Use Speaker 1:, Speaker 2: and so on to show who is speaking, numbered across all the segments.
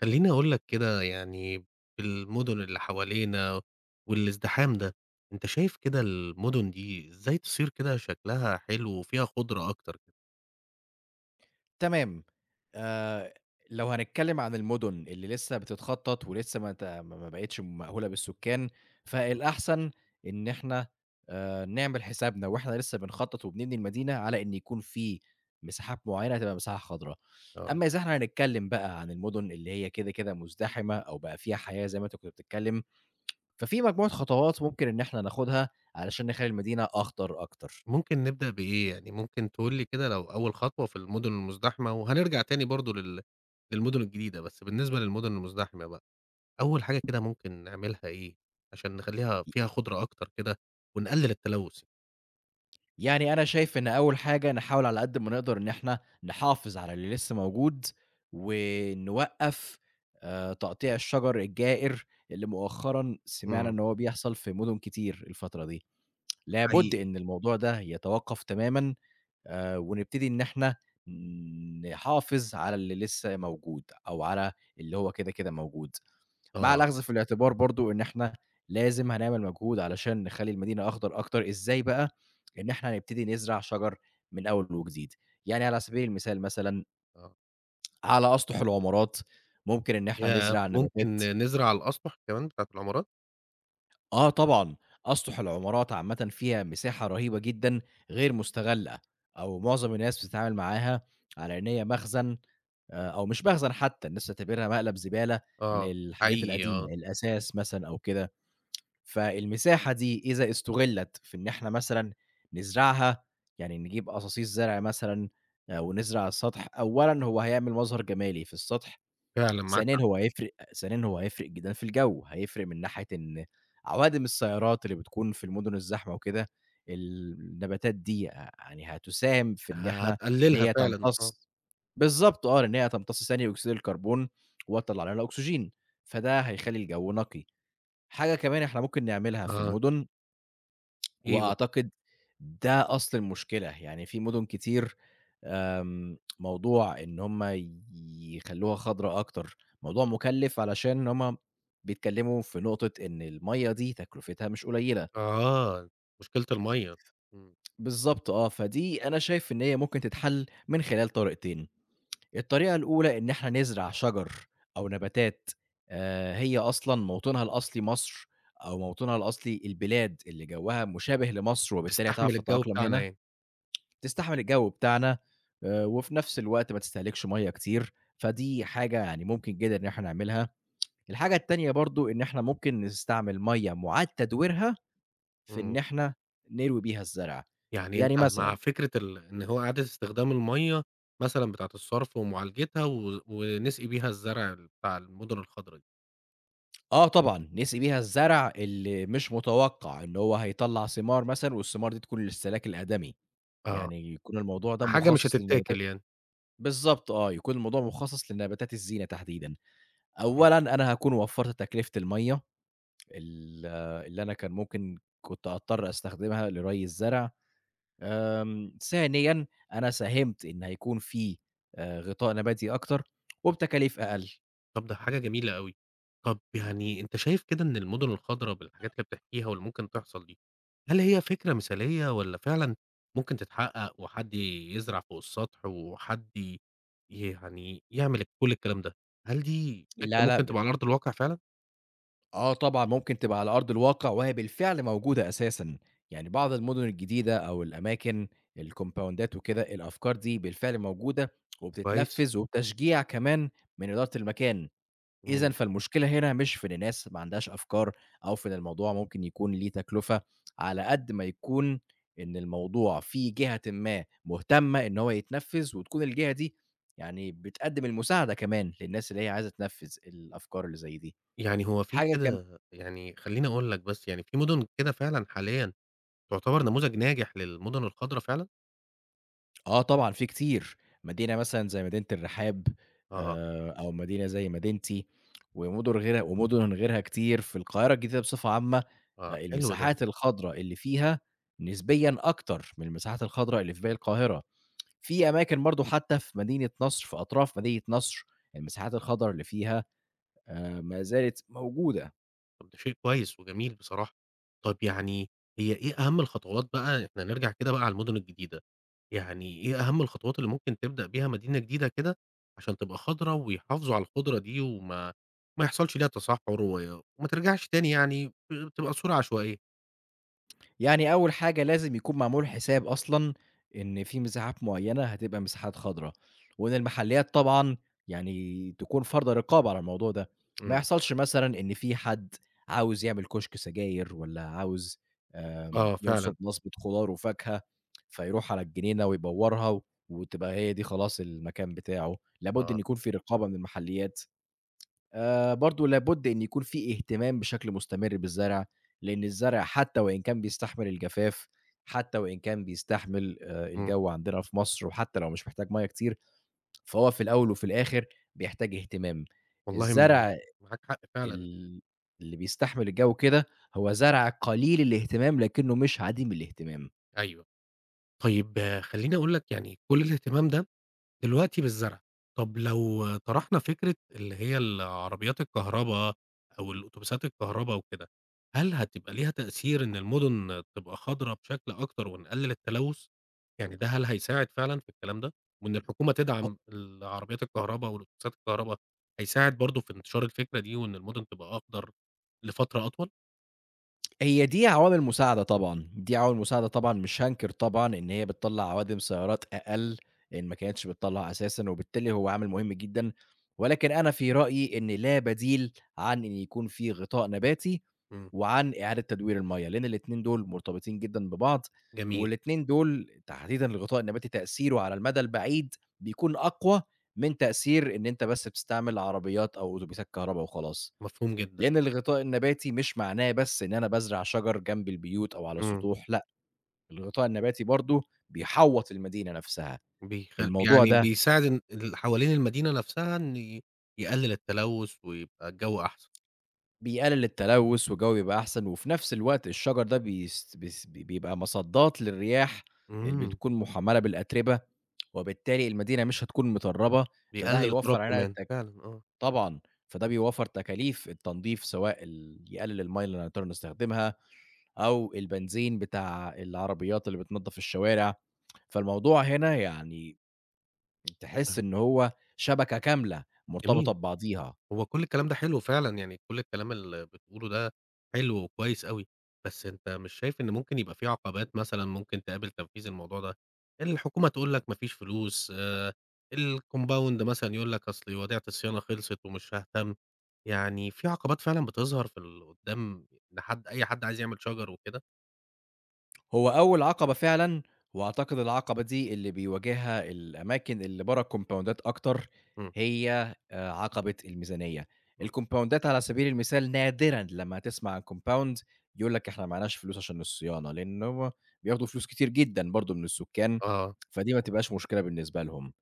Speaker 1: خلّيني أقول لك كده يعني بالمدن اللي حوالينا والازدحام ده، أنت شايف كده المدن دي إزاي تصير كده شكلها حلو وفيها خُضرة أكتر كده؟
Speaker 2: تمام. آآ لو هنتكلم عن المُدن اللي لسه بتتخطّط ولسه ما ت ما ما بقِتش مأهولة بالسُكّان، فالأحسن إن إحنا نعمل حسابنا وإحنا لسه بنخطّط وبنبني المدينة على إن يكون في مساحات معيّنة هتبقى مساحة خضرا.
Speaker 1: آه،
Speaker 2: أمّا إذا إحنا هنتكلم بقى عن المُدن اللي هي كده مُزدحمة أو بقى فيها حياة زي ما أنت كنت بتتكلم، ففي مجموعة خطوات ممكن إن إحنا ناخُدها علشان نخلّي المدينة أخضر أكتر.
Speaker 1: ممكن نبدأ بإيه يعني، ممكن تقول لي كده لو أول خطوة في المدن المزدحمة وهنرجع تاني برضه للمدن الجديدة، بس بالنسبة للمدن المزدحمة بقى، أول حاجة كده ممكن نعملها إيه، عشان نخلّيها فيها خُضرة أكتر كده ونقلل التلوث؟
Speaker 2: يعني أنا شايف إن أول حاجة نحاول على قد ما نقدر إن إحنا نحافظ على اللي لسه موجود، ونوقّف تقطيع الشجر الجائر اللي مؤخرًا سمعنا
Speaker 1: إمم،
Speaker 2: إن هو بيحصل في مدن كتير الفترة دي، لابد
Speaker 1: حقيقي.
Speaker 2: إن الموضوع ده يتوقّف تمامًا. ونبتدي إن إحنا نحافظ على اللي لسه موجود أو على اللي هو كده موجود. مع
Speaker 1: آه،
Speaker 2: الأخذ في الاعتبار برضه إن إحنا لازم هنعمل مجهود علشان نخلّي المدينة أخضر أكتر، إزاي بقى؟ إن إحنا هنبتدي نزرع شجر من أول وجديد، يعني على سبيل المثال مثلًا
Speaker 1: آه.
Speaker 2: على أسطح العمارات ممكن إن إحنا
Speaker 1: ياه!
Speaker 2: نزرع
Speaker 1: ممكن
Speaker 2: نباتات.
Speaker 1: نزرع الأسطح كمان بتاعة العمارات؟
Speaker 2: آه طبعًا، أسطح العمارات عامةً فيها مساحة رهيبة جدًا غير مستغلة، أو معظم الناس بتتعامل معاها على إن هي مخزن، أو مش مخزن حتى، الناس بتعتبرها مقلب زبالة
Speaker 1: آه،
Speaker 2: للحاجات
Speaker 1: حقيقي
Speaker 2: القديمة،
Speaker 1: آه،
Speaker 2: الأثاث مثلًا أو كده. فالمساحة دي إذا استُغلّت في إن إحنا مثلًا نزرعها، يعني نجيب قصاصيص زرع مثلًا ونزرع على السطح، أولًا هو هيعمل مظهر جمالي في السطح،
Speaker 1: فعلًا معاك
Speaker 2: ثانيًا
Speaker 1: حق،
Speaker 2: هو هيفرق ثانيًا هو هيفرق جدًا في الجو، هيفرق من ناحية إن عوادم السيارات اللي بتكون في المدن الزحمة وكده، النباتات دي يعني هتساهم في إن
Speaker 1: ه
Speaker 2: إحنا في إن
Speaker 1: هتقللها
Speaker 2: هي
Speaker 1: فعلًا آه،
Speaker 2: تمتص. بالضبط آه، لإن هي هتمتص ثاني أكسيد الكربون وتطلّع لنا أكسجين، فده هيخلّي الجو نقي. حاجة كمان إحنا ممكن نعملها في
Speaker 1: آه،
Speaker 2: المُدن،
Speaker 1: إيه بقى؟
Speaker 2: وأعتقد ده أصل المشكلة، يعني في مُدن كتير، موضوع إن هُم يخلّوها خضرا أكتر، موضوع مُكلِّف علشان هُم بيتكلّموا في نقطة إن المَيّة دي تكلفتها مش قليلة.
Speaker 1: آه، مشكلة المَيّة، إمم،
Speaker 2: بالضبط آه، فدي أنا شايف إن هي ممكن تتحل من خلال طريقتين. الطريقة الأولى إن إحنا نزرع شجر أو نباتات هي أصلًا موطنها الأصلي مصر أو موطنها الأصلي البلاد اللي جوّها مشابه لمصر، وبالتالي
Speaker 1: تستحمل
Speaker 2: هتعرف
Speaker 1: الجو
Speaker 2: تتأقلم
Speaker 1: بتاعنا
Speaker 2: هنا،
Speaker 1: يعني،
Speaker 2: تستحمل الجو بتاعنا وفي نفس الوقت ما تستهلكش مَيّة كتير، فدي حاجة يعني ممكن جدًا إن إحنا نعملها. الحاجة التانية برضه إن إحنا ممكن نستعمل مَيّة مُعاد تدويرها في إن
Speaker 1: إمم،
Speaker 2: إحنا نروي بيها الزرع.
Speaker 1: يعني
Speaker 2: يعني
Speaker 1: أنت مع
Speaker 2: مثلًا
Speaker 1: فكرة إن هو إعادة استخدام المَيّة مثلًا بتاعة الصرف ومعالجتها و ونسقي بيها الزرع بتاع المدن الخضرا دي،
Speaker 2: آه طبعًا، نسقي بيها الزرع اللي مش متوقّع، اللي هو هيطلّع ثمار مثلًا والثمار دي تكون للسلاك الأدمي،
Speaker 1: آه،
Speaker 2: يعني يكون الموضوع ده
Speaker 1: حاجة مش
Speaker 2: مخصّص للنباتات.
Speaker 1: هتتاكل يعني،
Speaker 2: بالضبط آه، يكون الموضوع مخصّص لنباتات الزينة تحديدًا.
Speaker 1: إمم.
Speaker 2: أولًا أنا هاكون وفّرت تكلفة المَيّة ال اللي أنا كان ممكن كنت أضطر أستخدمها لرَي الزرع، ثانيًا أنا ساهمت إن هيكون في غطاء نباتي أكتر وبتكاليف أقل.
Speaker 1: طب ده حاجة جميلة أوي. طب يعني أنت شايف كده إن المُدن الخضرا بالحاجات اللي بتحكيها واللي ممكن تحصل دي، هل هي فكرة مثالية والّا فعلًا ممكن تتحقق وحد يزرع فوق السطح وحد يعني يعمل كل الكلام ده، هل دي فكرة
Speaker 2: لا، لأ،
Speaker 1: ممكن تبقى
Speaker 2: بال
Speaker 1: على أرض الواقع فعلًا؟
Speaker 2: آه طبعًا، ممكن تبقى على أرض الواقع وهي بالفعل موجودة أساسًا، يعني بعض المدن الجديدة أو الأماكن الكومباوندات وكده، الأفكار دي بالفعل موجودة
Speaker 1: كويس.
Speaker 2: وبتتنفّذ وبتشجيع كمان من إدارة المكان. إذًا
Speaker 1: إمم.
Speaker 2: فالمشكلة هنا مش في إن الناس ما عندهاش أفكار أو في إن الموضوع ممكن يكون ليه تكلفة، على قد ما يكون إن الموضوع في جهةٍ ما مهتمة إن هو يتنفّذ وتكون الجهة دي يعني بتقدّم المساعدة كمان للناس اللي هي عايزة تنفّذ الأفكار اللي زي دي.
Speaker 1: يعني هو في
Speaker 2: حاجة كم
Speaker 1: كده يعني خلّيني أقول لك بس يعني في مُدن كده فعلًا حاليًا تعتبر نموذج ناجح للمُدن الخضرا فعلًا؟
Speaker 2: آه طبعًا في كتير، مدينة مثلًا زي مدينة الرحاب،
Speaker 1: آه،
Speaker 2: أو مدينة زي مدينتي، ومدن غيرها ومدن غيرها كتير في القاهرة الجديدة بصفة عامة،
Speaker 1: آه، حلو ده.
Speaker 2: المساحات الخضرا اللي فيها نسبيًا أكتر من المساحات الخضرا اللي في باقي القاهرة، في أماكن برضه حتى في مدينة نصر في أطراف مدينة نصر، المساحات الخضرا اللي فيها ما زالت موجودة.
Speaker 1: طب ده شيء كويس وجميل بصراحة. طب يعني هي إيه أهم الخطوات بقى إحنا نرجع كده بقى على المدن الجديدة، يعني إيه أهم الخطوات اللي ممكن تبدأ بيها مدينة جديدة كده عشان تبقى خضرا ويحافظوا على الخضرة دي وما ما يحصلش ليها تصحُّر وما ترجعش تاني يعني تبقى صورة عشوائية.
Speaker 2: يعني أول حاجة لازم يكون معمول حساب أصلًا إن في مساحات معيّنة هتبقى مساحات خضرا، وإن المحلّيات طبعًا يعني تكون فارضة رقابة على الموضوع ده، ما
Speaker 1: إمم.
Speaker 2: يحصلش مثلًا إن في حد عاوز يعمل كشك سجاير والّا عاوز،
Speaker 1: آه
Speaker 2: ينصب
Speaker 1: فعلًا،
Speaker 2: نصبة خضار وفاكهة، فيروح على الجنينة ويبوّرها و- وتبقى هي دي خلاص المكان بتاعه، لابد إن
Speaker 1: آه.
Speaker 2: يكون في رقابة من المحلّيات. برضه لابد إن يكون في اهتمام بشكل مستمر بالزرع، لإن الزرع حتى وإن كان بيستحمل الجفاف، حتى وإن كان بيستحمل
Speaker 1: إمم.
Speaker 2: الجو عندنا في مصر، وحتى لو مش محتاج مَيّة كتير، فهو في الأول وفي الآخر بيحتاج اهتمام.
Speaker 1: والله
Speaker 2: الزرع
Speaker 1: معاك حق فعلًا،
Speaker 2: ال اللي بيستحمل الجو كده، هو زرع قليل الاهتمام لكنه مش عديم الاهتمام.
Speaker 1: أيوه. طيب آه، خلّيني أقول لك يعني كل الاهتمام ده دلوقتي بالزرع. طب لو طرحنا فكرة اللي هي العربيات الكهربا أو الأوتوبيسات الكهربا وكده، هل هتبقى ليها تأثير إن المدن تبقى خضرا بشكل أكتر ونقلل التلوث؟ يعني ده هل هيساعد فعلًا في الكلام ده؟ وإن الحكومة
Speaker 2: ه
Speaker 1: تدعم العربيات الكهربا والأوتوبيسات الكهربا، هيساعد برضه في انتشار الفكرة دي وإن المدن تبقى أخضر لفترة أطول؟
Speaker 2: هي دي عوامل مساعدة طبعًا، دي عوامل مساعدة طبعًا، مش هانكر طبعًا إن هي بتطلّع عوادم سيارات أقل، لإن ما كانتش بتطلّع أساسًا، وبالتالي هو عامل مهم جدًا، ولكن أنا في رأيي إن لا بديل عن إن يكون في غطاء نباتي،
Speaker 1: إمم،
Speaker 2: وعن إعادة تدوير المَيّة، لإن الاتنين دول مرتبطين جدًا ببعض،
Speaker 1: جميل،
Speaker 2: والاتنين دول تحديدًا الغطاء النباتي تأثيره على المدى البعيد بيكون أقوى من تأثير إن أنت بس بتستعمل عربيات أو أوتوبيسات كهربا وخلاص.
Speaker 1: مفهوم جدًا.
Speaker 2: لأن الغطاء النباتي مش معناه بس إن أنا بازرع شجر جنب البيوت أو على
Speaker 1: إمم.
Speaker 2: السطوح، لأ، الغطاء النباتي برضه بيحوّط المدينة نفسها، الموضوع
Speaker 1: يعني
Speaker 2: ده
Speaker 1: بيساعد إن اللي حوالين المدينة نفسها إن يقلل التلوث ويبقى الجو أحسن.
Speaker 2: بيقلل التلوث والجو بيبقى أحسن، وفي نفس الوقت الشجر ده بيس بيس بيبقى مصدات للرياح اللي
Speaker 1: إمم،
Speaker 2: بتكون محملة بالأتربة، وبالتالي المدينة مش هتكون متربة، فده
Speaker 1: بيقلل التراب
Speaker 2: هيوفر علينا
Speaker 1: كمان
Speaker 2: التك
Speaker 1: فعلًا آه،
Speaker 2: طبعًا، فده بيوفر تكاليف التنضيف سواء يقلل المَيَّة اللي هنضطر نستخدمها أو البنزين بتاع العربيات اللي بتنضّف الشوارع، فالموضوع هنا يعني تحس إن هو شبكة كاملة مرتبطة
Speaker 1: جميل.
Speaker 2: ببعضيها.
Speaker 1: هو كل الكلام ده حلو فعلًا، يعني كل الكلام اللي بتقوله ده حلو وكويس أوي، بس أنت مش شايف إن ممكن يبقى في عقبات مثلًا ممكن تقابل تنفيذ الموضوع ده؟ الحكومة تقول لك ما فيش فلوس، الcompound مثلًا يقول لك أصل وديعة الصيانة خلصت ومش هاهتم، يعني في عقبات فعلًا بتظهر في قدّام لحد أي حد عايز يعمل شجر وكده؟
Speaker 2: هو أول عقبة فعلًا وأعتقد العقبة دي اللي بيواجهها الأماكن اللي برّه الكومباوندات أكتر،
Speaker 1: إمم،
Speaker 2: هي عقبة الميزانية.
Speaker 1: إمم،
Speaker 2: الكومباوندات على سبيل المثال نادرًا لمّا هتسمع عن كومباوند يقول لك إحنا ما لناش فلوس عشان الصيانة، لإن هو بياخدوا فلوس كتير جدًا برضه من السُكّان،
Speaker 1: آه،
Speaker 2: فدي ما تبقاش مشكلة بالنسبة لهم.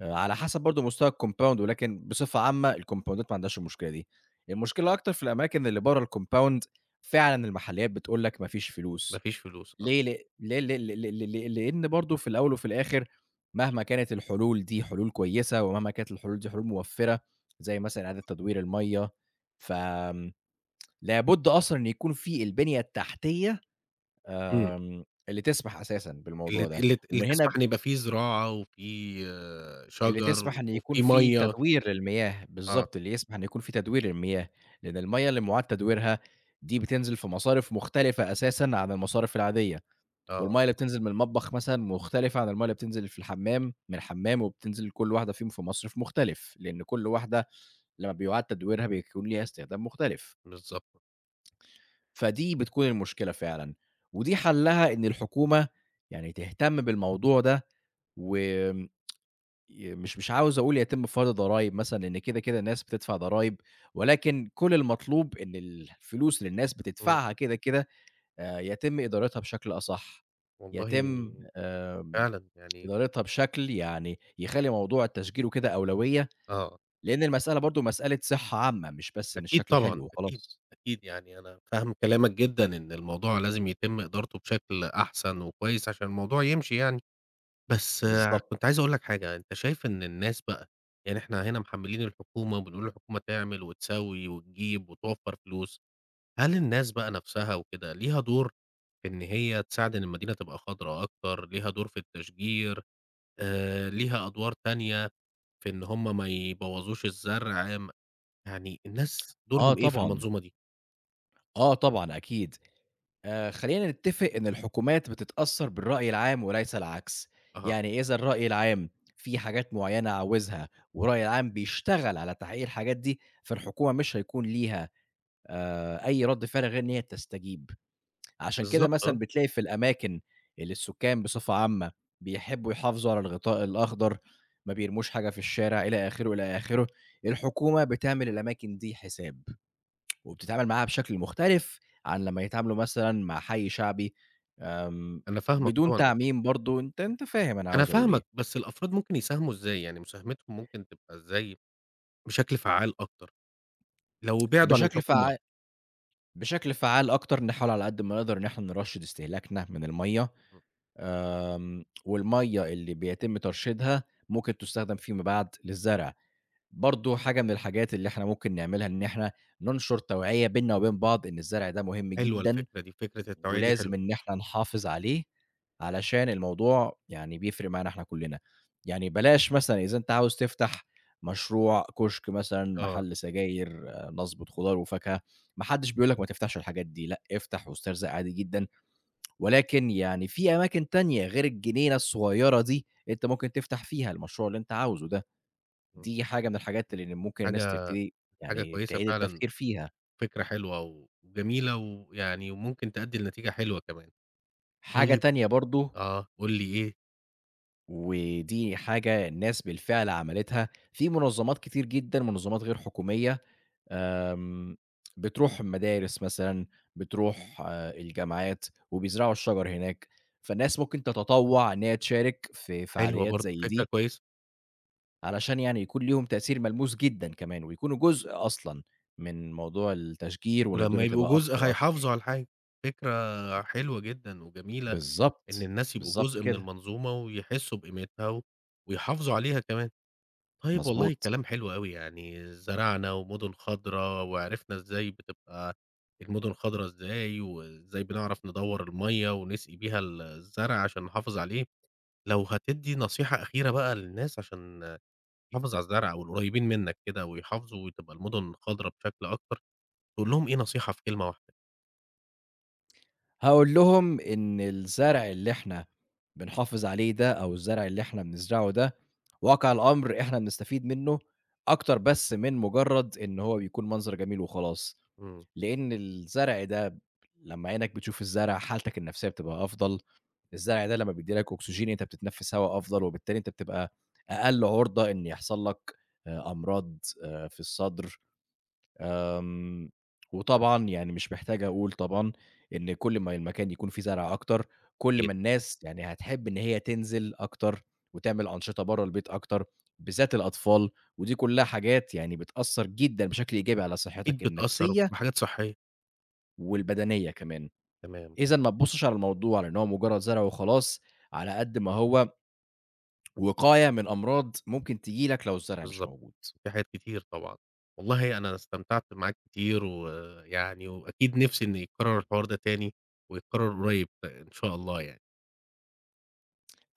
Speaker 2: على حسب برضه مستوى الcompound ولكن بصفة عامة الكومباوندات ما عندهاش المشكلة دي، المشكلة أكتر في الأماكن اللي برّه الcompound فعلًا المحلّيات بتقول لك ما فيش
Speaker 1: ما
Speaker 2: فلوس،
Speaker 1: فيش فلوس آه،
Speaker 2: ليه؟ ل ليه ل ل ل ل لإن برضه في الأول وفي الآخر مهما كانت الحلول دي حلول كويسة، ومهما كانت الحلول دي حلول موفّرة زي مثلًا إعادة تدوير المَيّة، فآمم لابد أصلًا إن يكون في البنية التحتية
Speaker 1: إمم،
Speaker 2: اللي تسمح أساسًا بالموضوع
Speaker 1: اللي ت
Speaker 2: ده،
Speaker 1: اللي ت اللي
Speaker 2: ومن
Speaker 1: تسمح
Speaker 2: هنا
Speaker 1: إن يبقى في زراعة وفي
Speaker 2: اللي
Speaker 1: شجر
Speaker 2: تسمح إن يكون
Speaker 1: وفي
Speaker 2: في
Speaker 1: مَيّة،
Speaker 2: تدوير للمياه،
Speaker 1: آه،
Speaker 2: بالضبط، اللي يسمح إن يكون في تدوير للمياه، لأن المَيّة اللي مُعاد تدويرها دي بتنزل في مصارف مختلفة أساسًا عن المصارف العادية،
Speaker 1: آه.
Speaker 2: والمَيّة اللي بتنزل من المطبخ مثلًا مختلفة عن المَيّة اللي بتنزل في الحمام من الحمام، وبتنزل كل واحدة فيهم في مصرف مختلف، لأن كل واحدة لمّا بيُعاد تدويرها بيكون ليها استخدام مختلف،
Speaker 1: بالضبط،
Speaker 2: فدي بتكون المشكلة فعلًا، ودي حلّها إن الحكومة يعني تهتم بالموضوع ده و ي مش مش عاوز أقول يتم فرض ضرايب مثلًا، لإن كده الناس بتدفع ضرايب، ولكن كل المطلوب إن الفلوس اللي الناس
Speaker 1: إمم،
Speaker 2: بتدفعها كده يتم إدارتها بشكل أصح،
Speaker 1: والله
Speaker 2: يتم آمم
Speaker 1: فعلًا يعني
Speaker 2: إدارتها بشكل يعني يخلّي موضوع التشجير وكده أولوية،
Speaker 1: آه،
Speaker 2: لإن المسألة برضه مسألة صحة عامة، مش بس إن
Speaker 1: أكيد
Speaker 2: الشكل
Speaker 1: طبعًا،
Speaker 2: حلو
Speaker 1: أكيد،
Speaker 2: وخلاص.
Speaker 1: أكيد يعني أنا فاهم كلامك جدًا إن الموضوع لازم يتم إدارته بشكل أحسن وكويس عشان الموضوع يمشي يعني، بس آه، كنت
Speaker 2: بالضبط.
Speaker 1: عايز أقول لك حاجة، أنت شايف إن الناس بقى يعني إحنا هنا محملين الحكومة وبنقول الحكومة تعمل وتسوي وتجيب وتوفر فلوس، هل الناس بقى نفسها وكده ليها دور في إن هي تساعد إن المدينة تبقى خضرا أكتر، ليها دور في التشجير، ليها أدوار تانية في إن هم ما يبوّظوش الزرع يعني الناس
Speaker 2: آه
Speaker 1: دورهم إيه في
Speaker 2: طبعًا،
Speaker 1: المنظومة دي؟
Speaker 2: آه طبعًا أكيد. خلّينا نتّفق إن الحكومات بتتأثّر بالرأي العام وليس العكس،
Speaker 1: أها،
Speaker 2: يعني إذا الرأي العام في حاجات معيّنة عاوزها والرأي العام بيشتغل على تحقيق الحاجات دي، فالحكومة مش هيكون ليها أي رَد فعل غير إن هي تستجيب، عشان كده
Speaker 1: بالضبط
Speaker 2: مثلًا
Speaker 1: آه،
Speaker 2: بتلاقي في الأماكن اللي السكان بصفة عامة بيحبّوا يحافظوا على الغطاء الأخضر، ما بيرموش حاجة في الشارع إلى آخره، إلى آخره، الحكومة بتعمل الأماكن دي حساب وبتتعامل معاها بشكل مختلف عن لمّا يتعاملوا مثلًا مع حَي شعبي. آمم،
Speaker 1: أنا فاهمك
Speaker 2: بدون
Speaker 1: طبعًا أكيد،
Speaker 2: تعميم برضه، أنت فاهم أنا
Speaker 1: أنا
Speaker 2: عاوز أقول
Speaker 1: فاهمك،
Speaker 2: إيه،
Speaker 1: بس الأفراد ممكن يساهموا إزاي؟ يعني مساهمتهم ممكن تبقى إزاي بشكل فعّال أكتر، لو بِعدوا عن
Speaker 2: بشكل
Speaker 1: الحكومة،
Speaker 2: فعّا بشكل فعّال أكتر نحاول على قد ما نقدر إن إحنا نرشّد استهلاكنا من المَيّة،
Speaker 1: إمم،
Speaker 2: والمَيّة اللي بيتم ترشيدها ممكن تُستخدم فيما بعد للزرع، برضه حاجة من الحاجات اللي إحنا ممكن نعملها إن إحنا ننشر توعية بيننا وبين بعض إن الزرع ده مهم
Speaker 1: حلوة
Speaker 2: جدًا.
Speaker 1: الفكرة دي، فكرة التوعية دي
Speaker 2: ولازم
Speaker 1: حلوة،
Speaker 2: إن إحنا نحافظ عليه، علشان الموضوع يعني بيفرق معانا إحنا كلّنا، يعني بلاش مثلًا إذا أنت عاوز تفتح مشروع كشك مثلًا،
Speaker 1: آه،
Speaker 2: محل سجاير، آه، نصبة خضار وفاكهة، ما حدش بيقول لك ما تفتحش الحاجات دي، لأ افتح واسترزق عادي جدًا، ولكن يعني في أماكن تانية غير الجنينة الصغيرة دي، أنت ممكن تفتح فيها المشروع اللي أنت عاوزه ده،
Speaker 1: إمم،
Speaker 2: دي حاجة من الحاجات
Speaker 1: إمم،
Speaker 2: اللي ممكن الناس
Speaker 1: حاجة.
Speaker 2: تبتدي
Speaker 1: حاجة
Speaker 2: يعني
Speaker 1: كويسة
Speaker 2: تعيد
Speaker 1: فعلًا،
Speaker 2: التفكير فيها.
Speaker 1: فكرة حلوة وجميلة ويعني وممكن تأدّي لنتيجة حلوة كمان.
Speaker 2: حاجة
Speaker 1: طيب
Speaker 2: تانية برضه
Speaker 1: آه، قُل لي إيه؟
Speaker 2: ودي حاجة الناس بالفعل عملتها، في منظمات كتير جدًا، منظمات غير حكومية، آمم، بتروح المدارس مثلًا، بتروح آه، الجامعات وبيزرعوا الشجر هناك، فالناس ممكن تتطوع إن هي تشارك في
Speaker 1: حلوة
Speaker 2: فعاليات
Speaker 1: برضه،
Speaker 2: زي
Speaker 1: فكرة
Speaker 2: دي،
Speaker 1: كويسة.
Speaker 2: علشان يعني يكون ليهم تأثير ملموس جدًا كمان، ويكونوا جزء أصلًا من موضوع التشجير وإن
Speaker 1: ولمّا
Speaker 2: الدنيا
Speaker 1: يبقوا
Speaker 2: تبقى
Speaker 1: جزء
Speaker 2: أخطر أكتر.
Speaker 1: هيحافظوا على الحاجة، فكرة حلوة جدًا وجميلة إن
Speaker 2: بالضبط،
Speaker 1: الناس يبقوا
Speaker 2: بالضبط
Speaker 1: جزء من
Speaker 2: كده،
Speaker 1: المنظومة ويحسّوا بقيمتها و ويحافظوا عليها كمان. طيب والله
Speaker 2: مضبوط.
Speaker 1: كلام حلو أوي، يعني زرعنا ومدن خضرا وعرفنا إزاي بتبقى المدن خضرا إزاي، وإزاي بنعرف ندوّر المَيّة ونسقي بيها الزرع عشان نحافظ عليه. لو هتدّي نصيحة أخيرة بقى للناس عشان تحافظ على الزرع والقريبين منّك كده ويحافظوا وتبقى المدن خضرا بشكل أكتر، تقول لهم إيه نصيحة في كلمة واحدة؟
Speaker 2: هاقول لهم إن الزرع اللي إحنا بنحافظ عليه ده، أو الزرع اللي إحنا بنزرعه ده، واقع الأمر إحنا بنستفيد منه أكتر بس من مجرد إن هو بيكون منظر جميل وخلاص،
Speaker 1: إمم.
Speaker 2: لإن الزرع ده لمّا عينك بتشوف الزرع حالتك النفسية بتبقى أفضل، الزرع ده لمّا بيدّي لك أكسجين أنت بتتنفس هوا أفضل، وبالتالي أنت بتبقى أقل عُرضة إن يحصل لك أمراض في الصدر، آمم، وطبعًا يعني مش محتاج أقول طبعًا إن كل ما المكان يكون فيه زرع أكتر، كل
Speaker 1: أكيد،
Speaker 2: ما الناس يعني هتحب إن هي تنزل أكتر وتعمل أنشطة برّه البيت أكتر، بالذات الأطفال، ودي كلّها حاجات يعني بتأثّر جدًا بشكل إيجابي على
Speaker 1: أكيد
Speaker 2: صحتك
Speaker 1: بتأثّر
Speaker 2: النفسية
Speaker 1: وبتبقى حاجات صحّية.
Speaker 2: والبدنية كمان.
Speaker 1: تمام.
Speaker 2: إذًا ما تبُصّش على الموضوع على إن هو مجرّد زرع وخلاص، على قد ما هو وقاية من أمراض ممكن تيجي لك لو الزرع مش
Speaker 1: بالضبط،
Speaker 2: موجود.
Speaker 1: في حاجات كتير طبعًا. والله أنا استمتعت معاك كتير ويعني وأكيد نِفْسي إن يتكرر الحوار ده تاني ويتكرر قريب إن شاء الله يعني،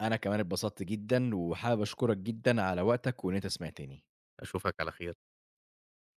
Speaker 2: أنا كمان اتبسطت جدًا وحابب أشكرك جدًا على وقتك وإن أنت سمعتني.
Speaker 1: أشوفك على خير.